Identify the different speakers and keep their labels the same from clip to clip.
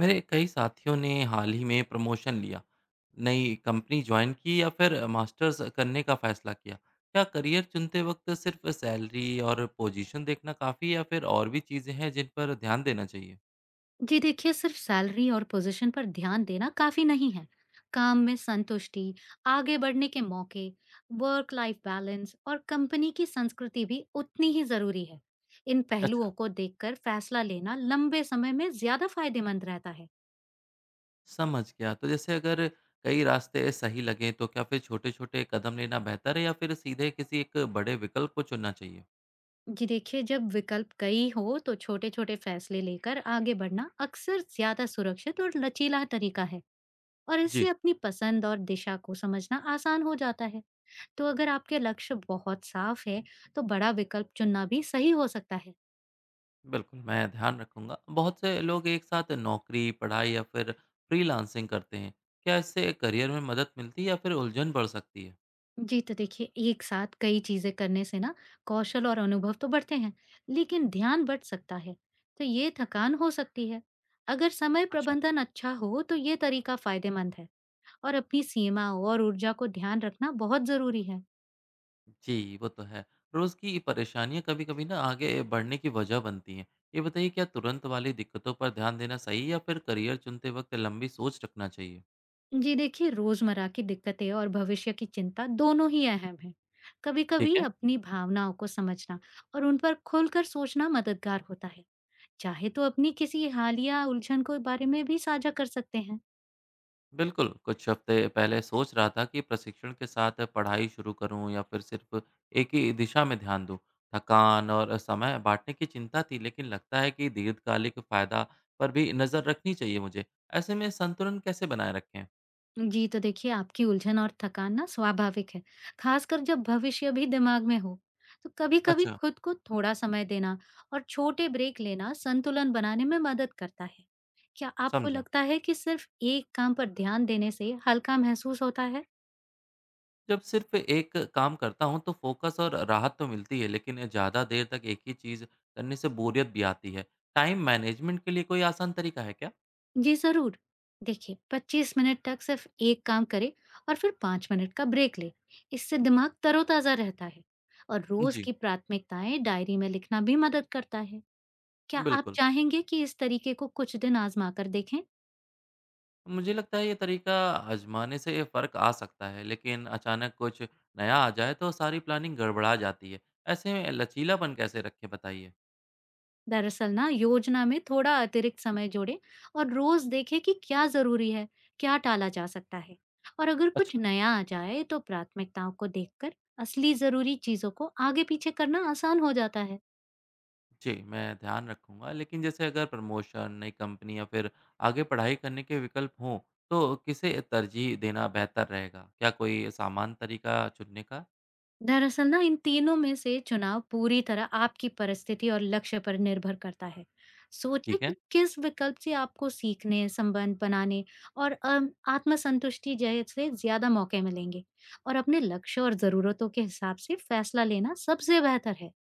Speaker 1: मेरे कई साथियों ने हाल ही में प्रमोशन लिया, नई कंपनी ज्वाइन की या फिर मास्टर्स करने का फैसला किया। क्या करियर चुनते वक्त सिर्फ सैलरी और पोजीशन देखना काफ़ी है या फिर और भी चीज़ें हैं जिन पर ध्यान देना चाहिए?
Speaker 2: जी देखिए सिर्फ सैलरी और पोजीशन पर ध्यान देना काफी नहीं है। काम में संतुष्टि, आगे बढ़ने के मौके, वर्क लाइफ बैलेंस और कंपनी की संस्कृति भी उतनी ही जरूरी है। इन पहलुओं
Speaker 1: अच्छा
Speaker 2: को देखकर फैसला लेना लंबे समय में ज्यादा फायदेमंद रहता है।
Speaker 1: समझ गया। तो जैसे अगर कई रास्ते सही लगें तो क्या फिर छोटे-छोटे कदम लेना बेहतर है या फिर सीधे किसी एक बड़े विकल्प को चुनना चाहिए?
Speaker 2: जी देखिए, जब विकल्प कई हो तो छोटे छोटे फैसले लेकर आगे बढ़ना अक्सर ज्यादा सुरक्षित और लचीला तरीका है, और इससे
Speaker 1: जी
Speaker 2: अपनी पसंद और दिशा को समझना आसान हो जाता है। तो अगर आपके लक्ष्य बहुत साफ है, तो बड़ा विकल्प चुनना भी सही हो सकता है।
Speaker 1: बिल्कुल, मैं ध्यान रखूँगा। बहुत से लोग एक साथ नौकरी, पढ़ाई या फिर फ्रीलांसिंग करते हैं। क्या इससे करियर में मदद मिलती है या फिर उलझन बढ़ सकती है?
Speaker 2: जी तो देखिए, एक साथ कई चीजें करने से ना कौशल और अनुभव तो बढ़ते हैं, लेकिन ध्यान बढ़ सकता है। तो ये थकान हो सकती है। अगर समय
Speaker 1: अच्छा
Speaker 2: प्रबंधन अच्छा हो तो ये तरीका फायदेमंद है, और अपनी सीमा और ऊर्जा को ध्यान रखना बहुत जरूरी है।
Speaker 1: जी, वो तो है। रोज़ की परेशानियाँ कभी-कभी ना आगे बढ़ने की वजह बनती हैं। ये बताइए क्या तुरंत वाली दिक्कतों पर ध्यान देना सही है या फिर करियर चुनते वक़्त लंबी सोच रखना चाहिए?
Speaker 2: जी देखिए, रोजमर्रा की दिक्कतें और भविष्य की चिंता दोनों ही अहम है। कभी
Speaker 1: ठीक
Speaker 2: कभी
Speaker 1: है।
Speaker 2: अपनी भावनाओं को समझना और उन पर खुलकर सोचना मददगार होता है। चाहे तो अपनी किसी हालिया उलझन को बारे में भी साझा कर सकते हैं।
Speaker 1: बिल्कुल, कुछ हफ्ते पहले सोच रहा था कि प्रशिक्षण के साथ पढ़ाई शुरू करूं या फिर सिर्फ एक ही दिशा में ध्यान दूं। थकान और समय बांटने की चिंता थी, लेकिन लगता है कि दीर्घकालिक फायदा पर भी नजर रखनी चाहिए मुझे। ऐसे में संतुलन कैसे बनाए रखें?
Speaker 2: जी तो देखिए, आपकी उलझन और थकान ना स्वाभाविक है, खासकर जब भविष्य भी दिमाग में हो। तो कभी-कभी
Speaker 1: अच्छा,
Speaker 2: खुद को थोड़ा समय देना और छोटे ब्रेक लेना संतुलन बनाने में मदद करता है। क्या आपको
Speaker 1: समझा।
Speaker 2: लगता है कि सिर्फ एक काम पर ध्यान देने से हल्का महसूस होता है?
Speaker 1: जब सिर्फ एक काम करता हूं तो फोकस और राहत तो मिलती है, लेकिन ज्यादा देर तक एक ही चीज करने से बोरियत भी आती है। टाइम मैनेजमेंट के लिए कोई आसान तरीका है क्या?
Speaker 2: जी जरूर। देखिए, 25 मिनट तक सिर्फ एक काम करें और फिर 5 मिनट का ब्रेक ले। इससे दिमाग तरोताजा रहता है, और रोज
Speaker 1: जी,
Speaker 2: की प्राथमिकताएं डायरी में लिखना भी मदद करता है। क्या आप
Speaker 1: बिल्कुल।
Speaker 2: चाहेंगे कि इस तरीके को कुछ दिन आजमा कर देखें?
Speaker 1: मुझे लगता है ये तरीका आजमाने से ये फ़र्क आ सकता है, लेकिन अचानक कुछ नया आ जाए तो सारी प्लानिंग गड़बड़ा जाती है। ऐसे में लचीलापन कैसे रखें बताइए?
Speaker 2: दरअसल ना, योजना में थोड़ा अतिरिक्त समय जोड़ें और रोज देखें कि क्या जरूरी है, क्या टाला जा सकता है। और अगर कुछ
Speaker 1: अच्छा
Speaker 2: नया आ जाए तो प्राथमिकताओं को देखकर असली जरूरी चीजों को आगे पीछे करना आसान हो जाता है।
Speaker 1: जी, मैं ध्यान रखूँगा, लेकिन जैसे अगर प्रमोशन, नई कंपनी या फिर आगे पढ़ाई करने के विकल्प हों, तो किसे तरजीह देना बेहतर रहेगा? क्या कोई सामान्य तरीका चुनने का?
Speaker 2: दरअसल ना, इन तीनों में से चुनाव पूरी तरह आपकी परिस्थिति और लक्ष्य पर निर्भर करता है। सोचिए
Speaker 1: ठीक है।
Speaker 2: कि किस विकल्प से आपको सीखने, संबंध बनाने और आत्मसंतुष्टि जैसे ज्यादा मौके मिलेंगे, और अपने लक्ष्य और जरूरतों के हिसाब से फैसला लेना सबसे बेहतर है।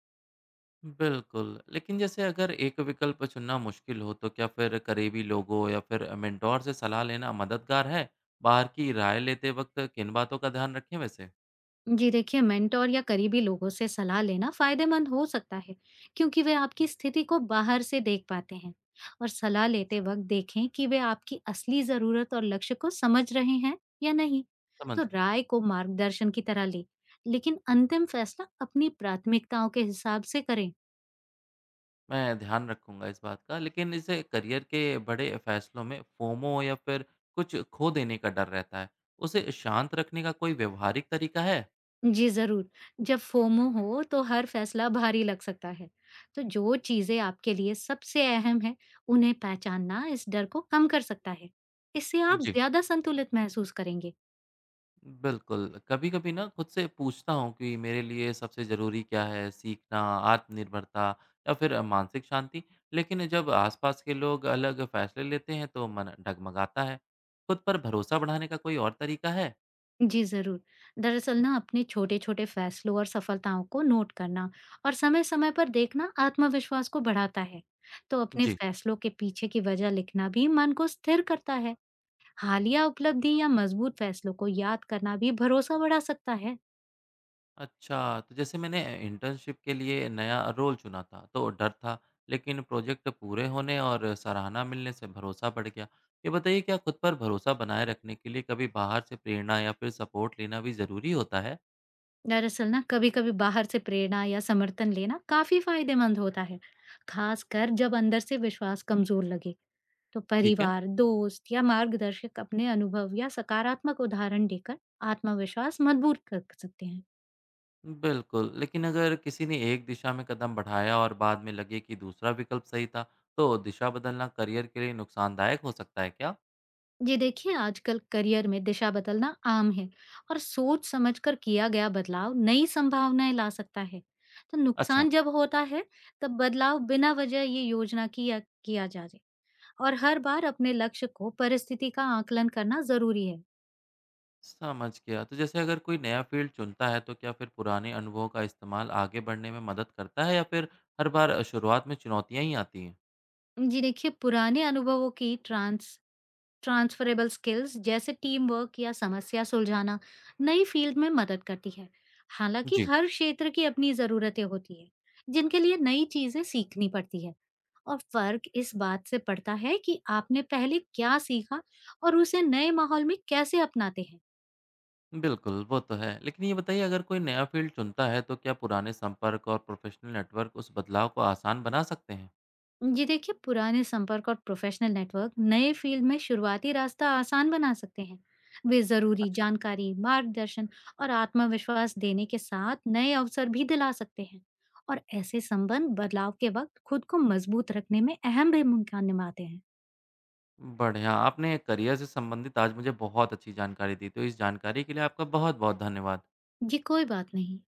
Speaker 1: बिल्कुल, लेकिन जैसे अगर एक विकल्प चुनना मुश्किल हो, तो क्या फिर करीबी लोगों या फिर मेंटोर से सलाह लेना मददगार है? बाहर की राय लेते वक़्त किन बातों का ध्यान रखें वैसे?
Speaker 2: जी देखिए, मेंटोर या करीबी लोगों से सलाह लेना फायदेमंद हो सकता है, क्योंकि वे आपकी स्थिति को बाहर से देख पाते हैं। और सलाह लेते
Speaker 1: अच्छा।
Speaker 2: वक्त देखें कि वे आपकी असली जरूरत और लक्ष्य को समझ रहे हैं या नहीं।
Speaker 1: समझ
Speaker 2: तो
Speaker 1: गया,
Speaker 2: राय को मार्गदर्शन की तरह ले, लेकिन अंतिम फैसला अपनी प्राथमिकताओं के हिसाब से करें।
Speaker 1: मैं ध्यान रखूँगा इस बात का, लेकिन इसे करियर के बड़े फैसलों में फोमो या फिर कुछ खो देने का डर रहता है, उसे शांत रखने का कोई व्यवहारिक तरीका है?
Speaker 2: जी, ज़रूर। जब फोमो हो तो हर फैसला भारी लग सकता है। तो जो चीज़ें आपके लिए सबसे अहम है, उन्हें पहचानना इस डर को कम कर सकता है। इससे आप
Speaker 1: जी।
Speaker 2: ज़्यादा संतुलित महसूस करेंगे।
Speaker 1: बिल्कुल, कभी-कभी ना खुद से पूछता हूँ कि मेरे लिए सबसे ज़रूरी क्या है, सीखना, आत्मनिर्भरता या फिर मानसिक शांति। लेकिन जब आसपास के लोग अलग फैसले लेते हैं तो मन डगमगाता है। खुद पर भरोसा बढ़ाने का कोई और तरीका है?
Speaker 2: जी, ज़रूर। दरअसल ना, अपने छोटे-छोटे फैसलों और सफलताओं को नोट करना और समय-समय पर देखना आत्मविश्वास को बढ़ाता है। तो अपने
Speaker 1: जी
Speaker 2: फैसलों के पीछे की वजह लिखना भी मन को स्थिर करता है। हालिया उपलब्धि या मज़बूत फैसलों को याद करना भी भरोसा बढ़ा सकता है।
Speaker 1: अच्छा, तो जैसे मैंने इंटर्नशिप के लिए नया रोल चुना था, तो डर था, लेकिन प्रोजेक्ट पूरे होने और सराहना मिलने से भरोसा बढ़ गया। ये बताइए क्या खुद पर भरोसा बनाए रखने के लिए कभी बाहर से प्रेरणा या फिर सपोर्ट लेना भी ज़रूरी होता है?
Speaker 2: दरअसल ना, कभी-कभी बाहर से प्रेरणा या समर्थन लेना काफी फायदेमंद होता है, खासकर जब अंदर से विश्वास कमजोर लगे। तो
Speaker 1: ठीक है,
Speaker 2: परिवार, दोस्त या मार्गदर्शक अपने अनुभव या सकारात्मक उदाहरण देकर आत्मविश्वास मजबूत कर सकते हैं।
Speaker 1: बिल्कुल। लेकिन अगर किसी ने एक दिशा में कदम बढ़ाया और बाद में लगे कि दूसरा विकल्प सही था, तो दिशा बदलना करियर के लिए नुकसानदायक हो सकता है क्या?
Speaker 2: ये देखिए, आजकल करियर में दिशा बदलना आम है, और सोच समझकर किया गया बदलाव नई संभावनाएं ला सकता है। तो
Speaker 1: अच्छा,
Speaker 2: नुकसान जब होता है, तब बदलाव बिना वजह ये योजना किया किया जाए। और हर बार अपने लक्ष्य को परिस्थिति का आकलन करना जरूरी है।
Speaker 1: समझ गया। तो जैसे अगर कोई नया फील्ड चुनता है, तो क्या फिर पुराने अनुभवों का इस्तेमाल आगे बढ़ने में मदद करता है या फिर हर बार शुरुआत में चुनौतियाँ ही आती हैं?
Speaker 2: जी देखिए, पुराने अनुभवों की ट्रांसफरेबल स्किल्स जैसे टीम वर्क या समस्या सुलझाना नई फील्ड में मदद करती है। हालांकि
Speaker 1: जी,
Speaker 2: हर क्षेत्र की अपनी जरूरतें होती है, जिनके लिए नई चीजें सीखनी पड़ती है। और फर्क इस बात से पड़ता है कि आपने पहले क्या सीखा और उसे नए माहौल में कैसे अपनाते हैं।
Speaker 1: बिल्कुल, वो तो है। लेकिन ये बताइए अगर कोई नया फील्ड चुनता है, तो क्या पुराने संपर्क और प्रोफेशनल नेटवर्क उस बदलाव को आसान बना सकते हैं?
Speaker 2: जी देखिए, पुराने संपर्क और प्रोफेशनल नेटवर्क नए फील्ड में शुरुआती रास्ता आसान बना सकते हैं। वे जरूरी
Speaker 1: अच्छा।
Speaker 2: जानकारी, मार्गदर्शन और आत्मविश्वास देने के साथ नए अवसर भी दिला सकते हैं, और ऐसे संबंध बदलाव के वक्त खुद को मजबूत रखने में अहम भूमिका निभाते हैं।
Speaker 1: बढ़िया, आपने करियर से संबंधित आज मुझे बहुत अच्छी जानकारी दी, तो इस जानकारी के लिए आपका बहुत-बहुत धन्यवाद।
Speaker 2: जी कोई बात नहीं।